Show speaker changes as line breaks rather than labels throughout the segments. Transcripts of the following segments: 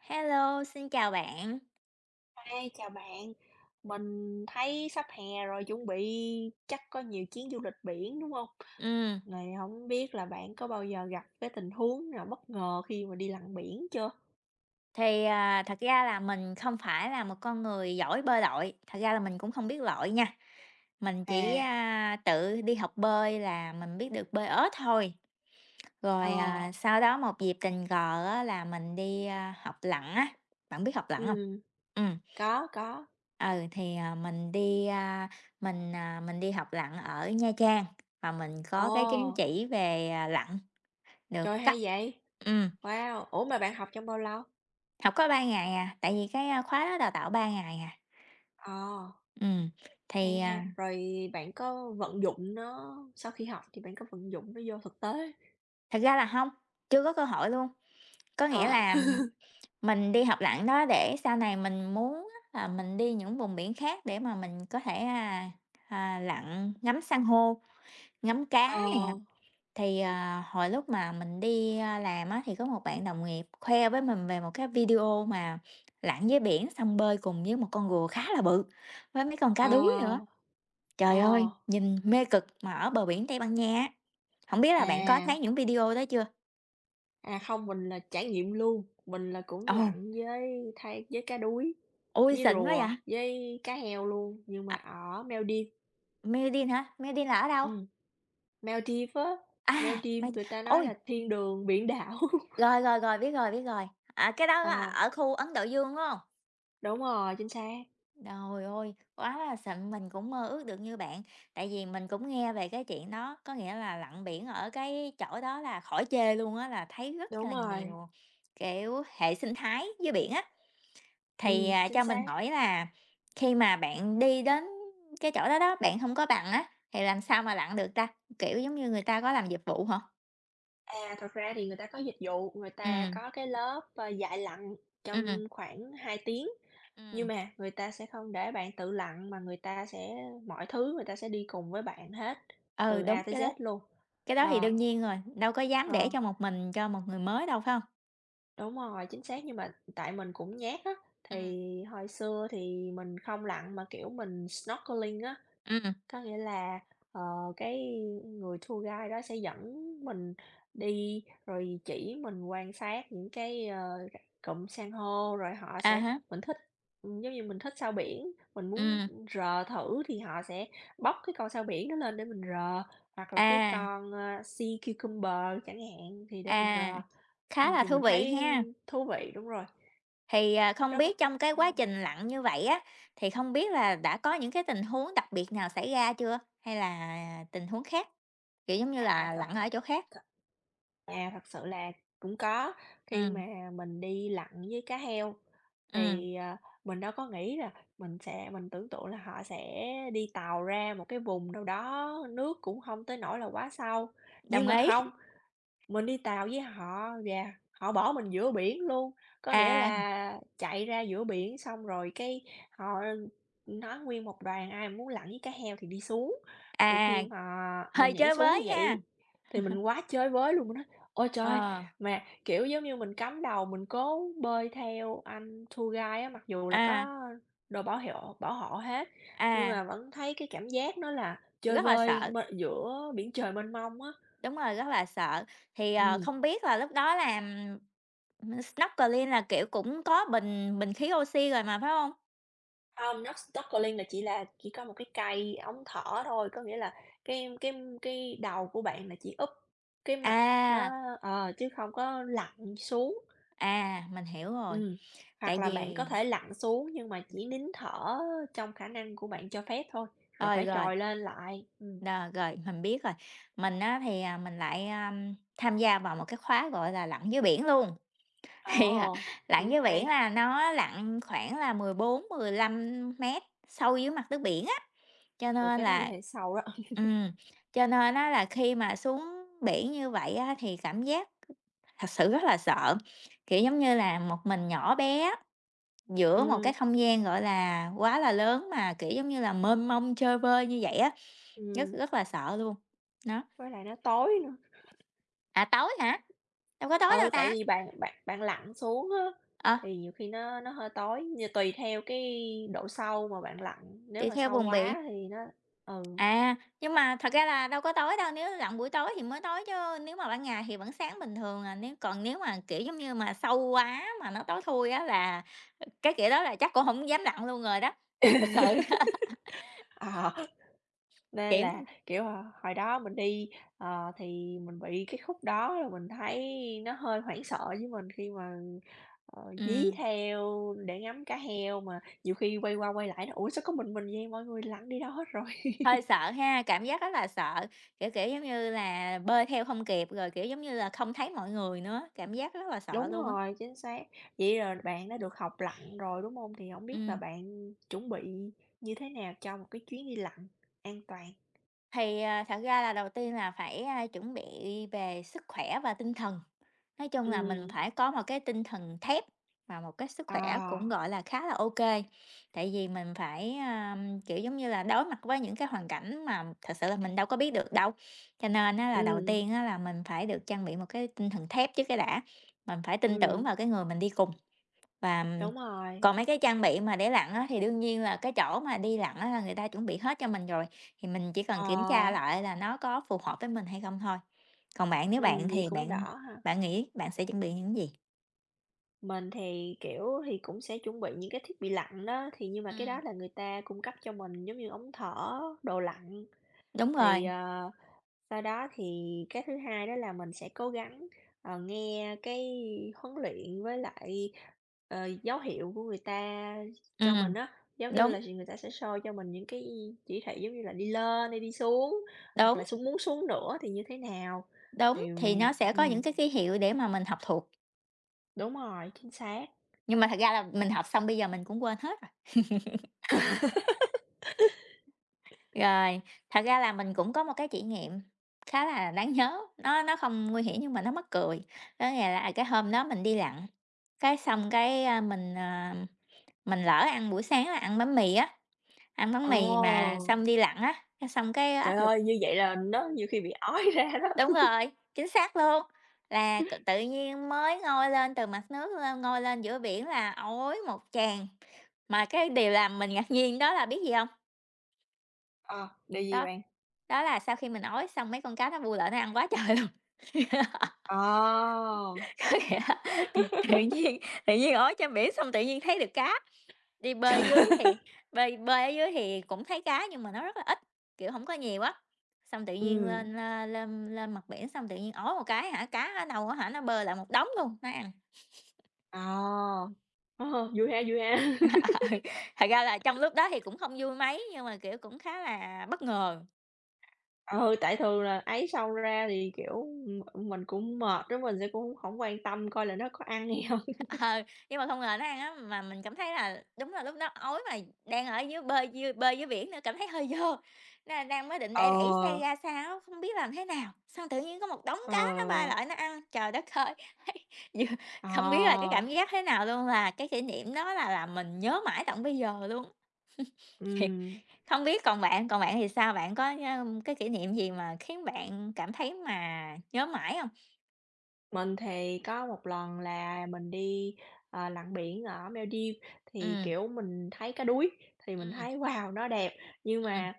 Hello, xin chào bạn.
Ê, chào bạn, mình thấy sắp hè rồi chuẩn bị chắc có nhiều chuyến du lịch biển đúng không?
Ừm,
Này không biết là bạn có bao giờ gặp cái tình huống nào bất ngờ khi mà đi lặn biển chưa?
Thật ra là mình không phải là một con người giỏi bơi lội, thật ra là mình cũng không biết lội nha, mình chỉ,
À,
Tự đi học bơi là mình biết được bơi ếch thôi. Rồi,
ờ,
sau đó một dịp tình cờ á là mình đi, học lặn á, bạn biết học lặn không?
ừ,
Ừ,
có, có.
mình đi, mình đi học lặn ở Nha Trang và mình
Ồ,
có cái chứng chỉ về, lặn
trời
được cấp.
hay vậy.
Ừ.
Wow, ủa mà bạn học trong bao lâu?
Học có 3 ngày à, tại vì cái, khóa đó đào tạo 3 ngày à.
Ờ,
Ừ, thì,
hay ha.
à,
Rồi bạn có vận dụng nó, sau khi học thì bạn có vận dụng nó vô thực tế.
Thật ra là không, chưa có cơ hội luôn. Có nghĩa
Ờ,
là mình đi học lặn đó để sau này mình muốn á là mình đi những vùng biển khác để mà mình có thể, lặn ngắm san hô, ngắm cá
ờ,
nè. Thì, hồi lúc mà mình đi, làm á thì có một bạn đồng nghiệp khoe với mình về một cái video mà lặn dưới biển xong bơi cùng với một con rùa khá là bự với mấy con cá
ờ,
đuối nữa.
ờ,
Trời ơi, nhìn mê cực mà ở bờ biển Tây Ban Nha á, hổng biết là bạn có
à.
thấy những video đó chưa?
À, không, mình là trải nghiệm luôn, mình là cũng
Ồ,
lặn với thay với cá đuối,
ôi,
với
xịn quá
rùa,
vậy!
với cá heo luôn, nhưng
À,
mà ở Maldives.
Medellín hả? Medellín là ở đâu?
Ừm, Maldives á,
À,
Maldives
Med
người ta nói
Ôi,
là thiên đường biển đảo.
rồi, rồi, rồi, biết rồi, biết rồi, cái đó là
à
ở khu Ấn Độ Dương, đúng hông?
đúng rồi, chính xác,
Trời ơi, quá là xịn, mình cũng mơ ước được như bạn, tại vì mình cũng nghe về cái chuyện đó, có nghĩa là lặn biển ở cái chỗ đó là khỏi chê luôn á, là thấy rất
đúng
là
rồi,
nhiều, kiểu, hệ sinh thái dưới biển á. Thì,
chính
cho mình
xác.
hỏi là khi mà bạn đi đến cái chỗ đó đó, bạn không có bằng á, thì làm sao mà lặn được ta? Kiểu, giống như người ta có làm dịch vụ hả?
À, thật ra thì người ta có dịch vụ, người
Ừ,
ta có cái lớp, dạy lặn
ừ,
trong khoảng 2 tiếng. Nhưng
ừ,
mà người ta sẽ không để bạn tự lặn mà người ta sẽ mọi thứ người ta sẽ đi cùng với bạn hết,
ừ,
từ
đúng,
A tới
cái đó
Z luôn.
cái đó thì
Ờ,
đương nhiên rồi, đâu có dám để
ờ,
cho một mình cho một người mới đâu, phải không?
đúng rồi, chính xác, nhưng mà tại mình cũng nhát á,
Ừ,
thì hồi xưa thì mình không lặn mà, kiểu, mình snorkeling á.
ừ,
Có nghĩa là, ờ, cái người tour guide đó sẽ dẫn mình đi, rồi chỉ mình quan sát những cái, cụm san hô, rồi họ
à
sẽ
há,
mình thích giống như mình thích sao biển, mình
ừ,
muốn rờ thử thì họ sẽ bóc cái con sao biển đó lên để mình rờ, hoặc là cái
à,
con, sea cucumber chẳng hạn thì để mình
à,
rờ.
khá là
Thì
thú
mình
vị
thấy
ha.
thú vị, đúng rồi,
Thì, không
rất là
biết trong cái
ờ.
quá trình lặn như vậy á, thì không biết là đã có những cái tình huống đặc biệt nào xảy ra chưa? Hay là tình huống khác? Kiểu, giống như
À,
là,
thật
lặn ở chỗ khác.
À, thật sự là cũng có, khi
Ừm,
mà mình đi lặn với cá heo
ừm,
thì, mình đâu có nghĩ là mình tưởng tượng là họ sẽ đi tàu ra một cái vùng đâu đó nước cũng không tới nỗi là quá sâu, nhưng
đồng
mà
ý.
không, mình đi tàu với họ và họ bỏ mình giữa biển luôn, có nghĩa
À,
là chạy ra giữa biển xong rồi cái họ nói nguyên một đoàn ai mà muốn lặn với cá heo thì đi xuống. Thì khi
à,
mà mình
hơi
nhảy
chơi
xuống như
với ha.
vậy thì mình quá chơi với luôn, mình nói: "Ôi trời!"
Ờ,
Mà, kiểu, giống như mình cắm đầu mình cố bơi theo anh tour guide á, mặc dù là
à,
có đồ bảo hiệu bảo hộ hết, nhưng
à,
mà vẫn thấy cái cảm giác nó là chơi
rất là
vơi
sợ,
m giữa biển trời mênh mông á.
đúng rồi, rất là sợ. Thì,
Ừm.
không biết là lúc đó là, snorkeling là, kiểu, cũng có bình bình khí oxy rồi mà, phải không?
Hông, nut snorkeling là chỉ có một cái cây ống thở thôi, có nghĩa là cái cái đầu của bạn là chỉ úp cái mặt nó
À,
chứ không có lặn xuống.
à, mình hiểu rồi.
Ừm, hoặc
Tại
là
vì
bạn có thể lặn xuống nhưng mà chỉ nín thở trong khả năng của bạn cho phép thôi, rồi
ơi,
phải
rồi,
trồi lên lại.
đ rồi, mình biết rồi. Mình á thì, mình lại, tham gia vào một cái khóa, gọi là, lặn dưới biển luôn. Thì,
Ồ,
lặn
cũng
dưới biển
hay,
là nó lặn khoảng là 14-15 mét sâu dưới mặt nước biển á, cho
ừ,
nên
cái đó thì
là
hơi sâu đó.
ừm, cho nên á là khi mà xuống biển như vậy á thì cảm giác thật sự rất là sợ, kiểu, giống như là, một mình nhỏ bé giữa một cái
Ừm,
không gian, gọi là, quá là lớn mà, kiểu, giống như là, mênh mông chơi vơi như vậy á, rất
ừm,
rất là sợ luôn. Đó.
với lại nó tối nữa.
À, tối hả? Đâu có tối đâu
Ừ, tại
ta?
vì bạn bạn bạn lặn xuống á,
Ờ,
thì nhiều khi nó hơi tối, như tùy theo cái độ sâu mà bạn lặn, nếu
tùy
mà
theo
sâu
vùng biển.
quá thì nó ừ.
À, nhưng mà thật ra là đâu có tối đâu, nếu lặn buổi tối thì mới tối chứ nếu mà ban ngày thì vẫn sáng bình thường à, nếu còn nếu mà, kiểu, giống như mà sâu quá mà nó tối thui á là cái kiểu đó là chắc cũng không dám lặn luôn rồi đó, thật sự đó,
Ờ, nên
kiểu,
là, kiểu, hồi hồi đó mình đi, thì mình bị cái khúc đó là mình thấy nó hơi hoảng sợ với mình khi mà, dí
ừm,
theo để ngắm cá heo mà nhiều khi quay qua quay lại nói: "Ủa, sao có mình vậy, mọi người lặn đi đâu hết rồi?"
hơi sợ ha, cảm giác rất là sợ, kiểu, kiểu, giống như là, bơi theo không kịp rồi, kiểu, giống như là, không thấy mọi người nữa, cảm giác rất là sợ
Đúng
luôn á.
rồi, chính xác. Vậy là bạn đã được học lặn rồi, đúng không? Thì hổng biết là
Ừm,
bạn chuẩn bị như thế nào cho một cái chuyến đi lặn an toàn?
Thật ra là đầu tiên là phải, chuẩn bị về sức khỏe và tinh thần. Nói chung là mình
Ừm,
phải có một cái tinh thần thép và một cái sức
ờ,
khỏe cũng, gọi là, khá là ok. Tại vì mình phải, kiểu, giống như là, đối mặt với những cái hoàn cảnh mà thật sự là mình đâu có biết được đâu. Cho nên á là đầu
ừm,
tiên á là mình phải được trang bị một cái tinh thần thép trước cái đã, mình phải tin tưởng
ừm,
vào cái người mình đi cùng. Và,
đúng rồi.
còn mấy cái trang bị mà để lặn á, thì đương nhiên là cái chỗ mà đi lặn á là người ta chuẩn bị hết cho mình rồi, thì mình chỉ cần
Ờ,
kiểm tra lại là nó có phù hợp với mình hay không thôi. Còn bạn, nếu bạn
vậy
thì
cũng
bạn
đỡ ha.
bạn nghĩ bạn sẽ chuẩn bị những gì?
Mình thì, kiểu, thì cũng sẽ chuẩn bị những cái thiết bị lặn đó, thì nhưng mà cái
Ừm.
đó là người ta cung cấp cho mình, giống như ống thở, đồ lặn,
Đúng rồi,
thì, Sau đó thì cái thứ hai đó là mình sẽ cố gắng, nghe cái huấn luyện với lại, dấu hiệu của người ta cho
ừm,
mình á. Giống như
đúng,
là người ta sẽ soi cho mình những cái chỉ thị giống như là đi lên hay đi xuống, hoặc
đúng,
là xuống muốn xuống nữa thì như thế nào.
đúng,
Thì
thì nó sẽ có những
ừm,
cái ký hiệu để mà mình học thuộc,
đúng rồi, chính xác.
nhưng mà thật ra là mình học xong bây giờ mình cũng quên hết rồi. Rồi, thật ra là mình cũng có một cái kỷ niệm khá là đáng nhớ, nó không nguy hiểm nhưng mà nó mắc cười, đó nghĩa là cái hôm đó mình đi lặn. Cái xong cái, mình lỡ ăn buổi sáng là ăn bánh mì á, ăn bánh mì mà
Ồ!
xong đi lặn á, cái xong cái
Trời
áp lực
ơi, như vậy là nó nhiều khi bị ói ra
đúng
đó.
rồi, chính xác luôn, là tự nhiên mới ngoi lên từ mặt nước lên, ngoi lên giữa biển là ói một tràng. Mà cái điều làm mình ngạc nhiên đó là biết gì không?
Ờ, điều gì
Đó,
bạn?
đó là sau khi mình ói xong mấy con cá nó bu lại nó ăn quá trời luôn.
Ờ!
Có nghĩa là tự nhiên tự nhiên ói trên biển xong tự nhiên thấy được cá. Đi bơi
Trời!
dưới thì bơi bơi ở dưới thì cũng thấy cá nhưng mà nó rất là ít, kiểu, hổng có nhiều á. Xong tự nhiên
Ừm.
lên, lên mặt biển xong tự nhiên ói một cái hả, cá ở đâu á hả, nó bơi lại một đống luôn, nó ăn.
Ờ. Ờ, vui ha, vui ha.
Ờ, ừ, thật ra là trong lúc đó thì cũng không vui mấy nhưng mà, kiểu, cũng khá là bất ngờ.
Ừ, tại thường là ấy xong ra thì, kiểu, mình cũng mệt á, mình sẽ cũng không quan tâm coi là nó có ăn hay hông.
Ờ, nhưng mà không ngờ nó ăn á, mà mình cảm thấy là đúng là lúc đó ói mà đang ở dưới bơi dưới biển nữa, cảm thấy hơi vô, nên là đang mới định đẩy đẩy xe
Ờ,
ra xa á, không biết làm thế nào, xong tự nhiên có một đống
ờ,
cá nó bay lại nó ăn. Trời đất ơi! Vừa
ờ,
Không biết là cái cảm giác thế nào luôn, là cái kỷ niệm đó là làm mình nhớ mãi tận bây giờ luôn, thiệt.
ừm.
Không biết còn bạn thì sao? Bạn có, cái kỷ niệm gì mà khiến bạn cảm thấy mà nhớ mãi không?
Mình thì có một lần là mình đi, lặn biển ở Maldives, thì,
Ừm,
kiểu, mình thấy cá đuối, thì mình
ừm,
thấy wow, nó đẹp, nhưng
ừm,
mà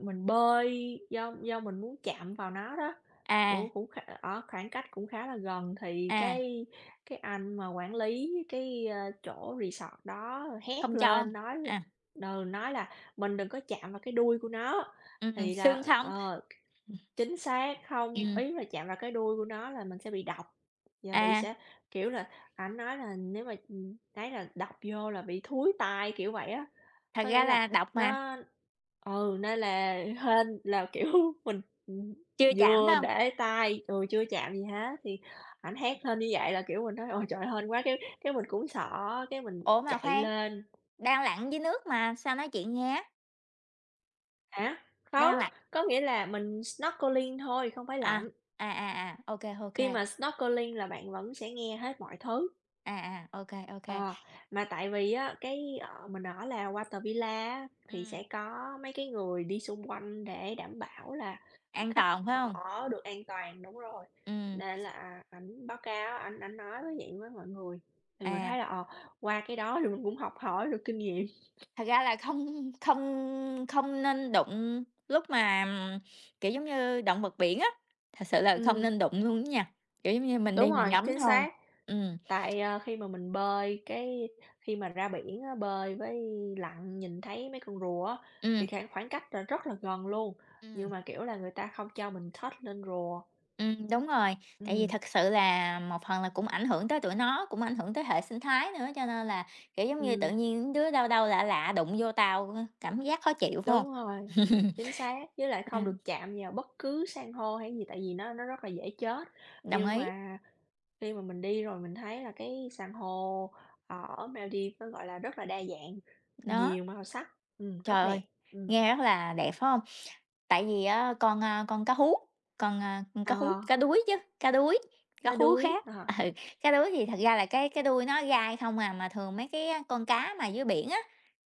mình bơi do mình muốn chạm vào nó đó,
à,
cũng cũng kh ở khoảng cách cũng khá là gần thì
à,
cái anh mà quản lý cái, chỗ resort đó hét
không cho,
lên nói l
à.
ừ, nói là mình đừng có chạm vào cái đuôi của nó, thì
Xương
là
không?
ờ. Chính xác, không,
Ừm,
ý là chạm vào cái đuôi của nó là mình sẽ bị độc và bị
à,
sẽ, kiểu là, ảnh nói là nếu mà, ấy là độc vô là bị thúi tai, kiểu vậy á.
thật
Có
ra
nghĩa là
là độc mà,
nó ừ, nên là hên là, kiểu, mình, ừm,
chưa chạm phải
vừa
hông?
để tay, rồi chưa chạm gì hết thì ảnh hét lên như vậy là, kiểu, mình nói: "Ôi trời, hên quá!" Cái mình cũng sợ, cái mình
Ủa, mà
chạy
khoan,
lên
đang lặn dưới nước mà, sao nói chuyện nghe?
hả? Không,
Đang lặn
có nghĩa là mình snorkeling thôi, không phải
à, à,
lặn.
à, à, ô
Khi
kê,
mà snorkeling là bạn vẫn sẽ nghe hết mọi thứ,
à, à, ô kê, ô kê.
ờ, mà tại vì á, cái, mình ở là Water Villa á, thì
Ừm,
sẽ có mấy cái người đi xung quanh để đảm bảo là
an
khách
toàn, phải hông?
ở được an toàn đúng rồi,
Ừm,
nên là à, ảnh báo cáo, ảnh ảnh nói với vậy với mọi người, thì mình
à,
thấy là, qua cái đó thì mình cũng học hỏi được kinh nghiệm.
thật ra là không không không nên đụng lúc mà, kiểu, giống như động vật biển á, thật sự là không
Ừm,
nên đụng luôn á nha, kiểu, giống như mình
đúng
đi mình
rồi,
ngắm
chính
thôi.
xác.
Ừm,
Tại, khi mà mình bơi, khi mà ra biển á, bơi với lặn nhìn thấy mấy con rùa á, thì
ừm,
khoảng khoảng cách là rất là gần luôn, nhưng
ừm.
mà, kiểu là, người ta không cho mình touch lên rùa.
Đúng rồi, tại vì
Ừm.
thật sự là một phần là cũng ảnh hưởng tới tụi nó, cũng ảnh hưởng tới hệ sinh thái nữa, cho nên là, kiểu, giống như, tự
Ừm,
nhiên đứa đâu đâu lạ lạ đụng vô tao, cảm giác khó chịu, phải không?
đúng rồi, chính xác, với lại
À,
không được chạm vào bất cứ san hô hay gì tại vì nó rất là dễ chết.
đồng
Nhưng
ý,
mà khi mà mình đi rồi mình thấy là cái san hô ở Maldives nó, gọi là, rất là đa dạng,
đó,
nhiều màu sắc, rất
trời ơi,
đẹp. Ừm.
nghe rất là đẹp, phải không? Tại vì á con, con cá hú, con, cá hú
Ờ,
cá đuối chứ, cá đuối, cá
cá
hú
đuối,
khác.
ờ,
Ừ, cá đuối thì thật ra là cái đuôi nó gai không à, mà thường mấy cái con cá mà dưới biển á,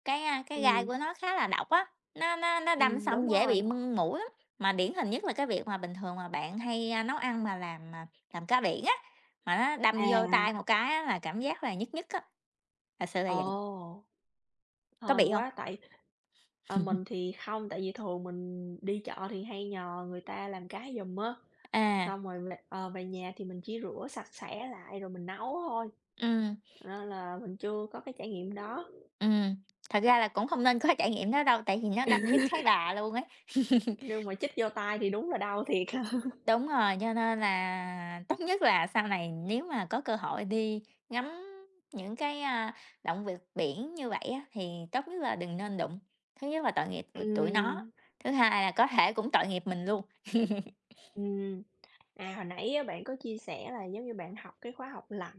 cái, cái gai
ừm.
của nó khá là độc á, nó đâm
Đúng
xong dễ
rồi.
bị mưng mũi lắm. Mà điển hình nhất là cái việc mà bình thường mà bạn hay, nấu ăn mà làm, làm cá biển á, mà nó đâm vô. Ừm. Tay
À,
một cái á là cảm giác là nhức nhức á, thật sự là vậy.
ồ,
Có
hên
bị không?
quá tại, mình thì không, tại vì thường mình đi chợ thì hay nhờ người ta làm cá giùm á,
À,
xong rồi về, về nhà thì mình chỉ rửa sạch sẽ lại rồi mình nấu thôi,
ừm.
nên là mình chưa có cái trải nghiệm đó,
Ừm, thật ra là cũng không nên có trải nghiệm đó đâu, tại vì nó đâm nhức thấy bà luôn ấy.
nhưng mà chích vô tay thì đúng là đau thiệt.
Đúng rồi, cho nên là tốt nhất là sau này nếu mà có cơ hội đi ngắm những cái, động vật biển như vậy á, thì tốt nhất là đừng nên đụng. Thứ nhất là tội nghiệp tụi tụi nó,
Ừm,
thứ hai là có thể cũng tội nghiệp mình luôn.
ừm. À, hồi nãy á, bạn có chia sẻ là giống như bạn học cái khóa học lặn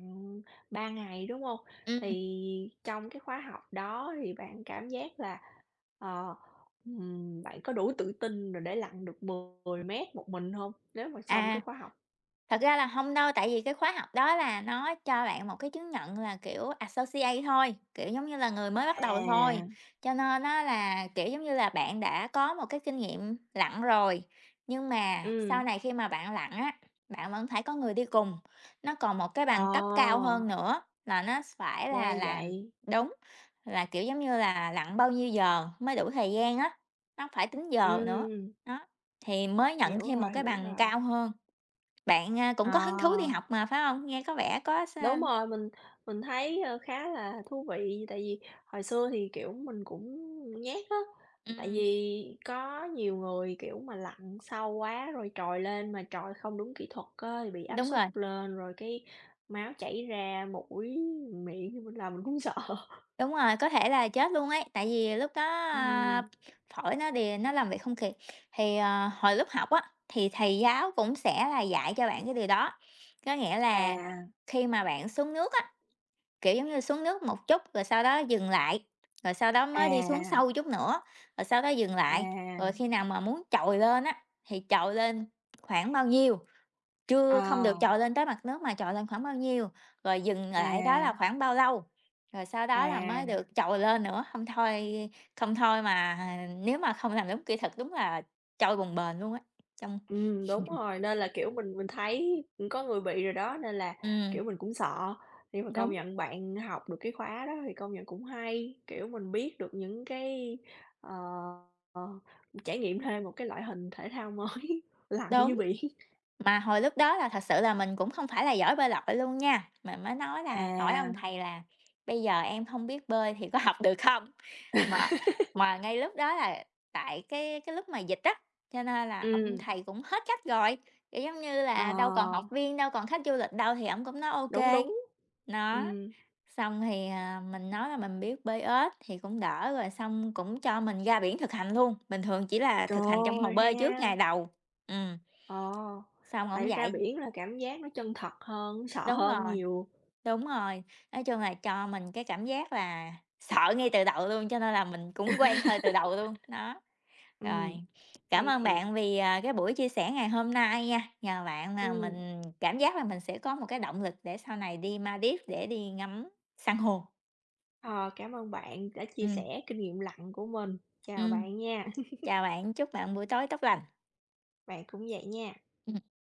3 ngày, đúng không?
Ừm,
Thì trong cái khóa học đó thì bạn cảm giác là, ờ, bạn có đủ tự tin rồi để lặn được 10 mét một mình không? Nếu mà xong cái
à.
khóa học.
Thật ra là không đâu, tại vì cái khóa học đó là nó cho bạn một cái chứng nhận là, kiểu, associate thôi, kiểu, giống như là người mới bắt đầu thôi.
À.
Cho nên nó là, kiểu, giống như là, bạn đã có một cái kinh nghiệm lặn rồi, nhưng mà sau
Ừm.
này khi mà bạn lặn á, bạn vẫn phải có người đi cùng. Nó còn một cái
Ờ,
bằng cấp cao hơn nữa là nó phải
ra
là làm
vậy.
đúng, là, kiểu, giống như là, lặn bao nhiêu giờ mới đủ thời gian á, nó phải tính giờ nữa,
Ừm,
đó, thì mới nhận
hiểu
thêm một
rồi,
cái
hiểu
bằng
rồi.
cao hơn. Bạn, cũng
Ờ.
có hứng thú đi học mà, phải không? Nghe có vẻ có s
Đúng rồi, mình thấy, khá là thú vị, tại vì hồi xưa thì, kiểu, mình cũng nhát á, tại
ừm,
vì có nhiều người, kiểu, mà lặn sâu quá rồi trồi lên mà trồi không đúng kỹ thuật á thì bị áp
đúng
suất
rồi,
lên, rồi cái máu chảy ra mũi, miệng thì mình làm mình cũng sợ.
đúng rồi, có thể là chết luôn ấy, tại vì lúc đó,
ừ
a, phổi nó đi nó làm việc không kịp. Thì, ờ, hồi lúc học á, thì thầy giáo cũng sẽ là dạy cho bạn cái điều đó, có nghĩa là
À,
khi mà bạn xuống nước á, kiểu, giống như, xuống nước một chút rồi sau đó dừng lại, rồi sau đó mới đi xuống
à,
sâu chút nữa, rồi sau đó dừng lại, rồi
à,
khi nào mà muốn chồi lên á, thì chồi lên khoảng bao nhiêu.
ờ,
Chưa, không được trồi lên tới mặt nước mà trồi lên khoảng bao nhiêu, rồi dừng lại đó
à,
là khoảng bao lâu, rồi sau đó là
à.
mới được trồi lên nữa, không thôi không thôi mà à, nếu mà không làm đúng kỹ thuật đúng là trôi bồng bềnh luôn á, trong
Đúng rồi, nên là, kiểu, mình thấy, có người bị rồi đó, nên là,
ừm,
kiểu, mình cũng sợ. Nhưng mà công
đúng,
nhận bạn học được cái khóa đó thì công nhận cũng hay, kiểu, mình biết được những cái, ờ, ờ, trải nghiệm thêm một cái loại hình thể thao mới lặn dưới
đúng.
biển.
Mà hồi lúc đó là thật sự là mình cũng không phải là giỏi bơi lội luôn nha, mình mới nói là hỏi
À,
ông thầy là "Bây giờ em không biết bơi thì có học được không?" Mà mà ngay lúc đó là tại cái lúc mà dịch á, cho nên là ông
ừm,
thầy cũng hết cách rồi, kiểu, giống như là, đâu còn học
ờ,
viên, đâu còn khách du lịch đâu thì ông cũng nói
đúng,
ok,
đúng.
nó
Ừm,
xong thì, mình nói là mình biết bơi ếch thì cũng đỡ rồi, xong cũng cho mình ra biển thực hành luôn, bình thường chỉ là
trời
thực hành trong hồ
ơi, hay
bơi trước
ha!
ngày đầu. Ừm,
Ờ,
xong ổng
tại ra
dạy
biển là cảm giác nó chân thật hơn, sợ
đúng
hơn
rồi,
nhiều.
đúng rồi. Nói chung là cho mình cái cảm giác là sợ ngay từ đầu luôn, cho nên là mình cũng quen hơi từ đầu luôn, đó.
Ừm,
Rồi, cảm
hay
ơn
thiệt,
bạn vì, cái buổi chia sẻ ngày hôm nay nha, nhờ bạn mà
ừm.
mình cảm giác là mình sẽ có một cái động lực để sau này đi Maldives để đi ngắm san hô.
Ờ, cảm ơn bạn đã chia
Ừm,
sẻ kinh nghiệm lặn của mình. Chào
ừm,
bạn nha,
chào bạn, chúc bạn buổi tối tốt lành.
bạn cũng vậy nha.
Ừm.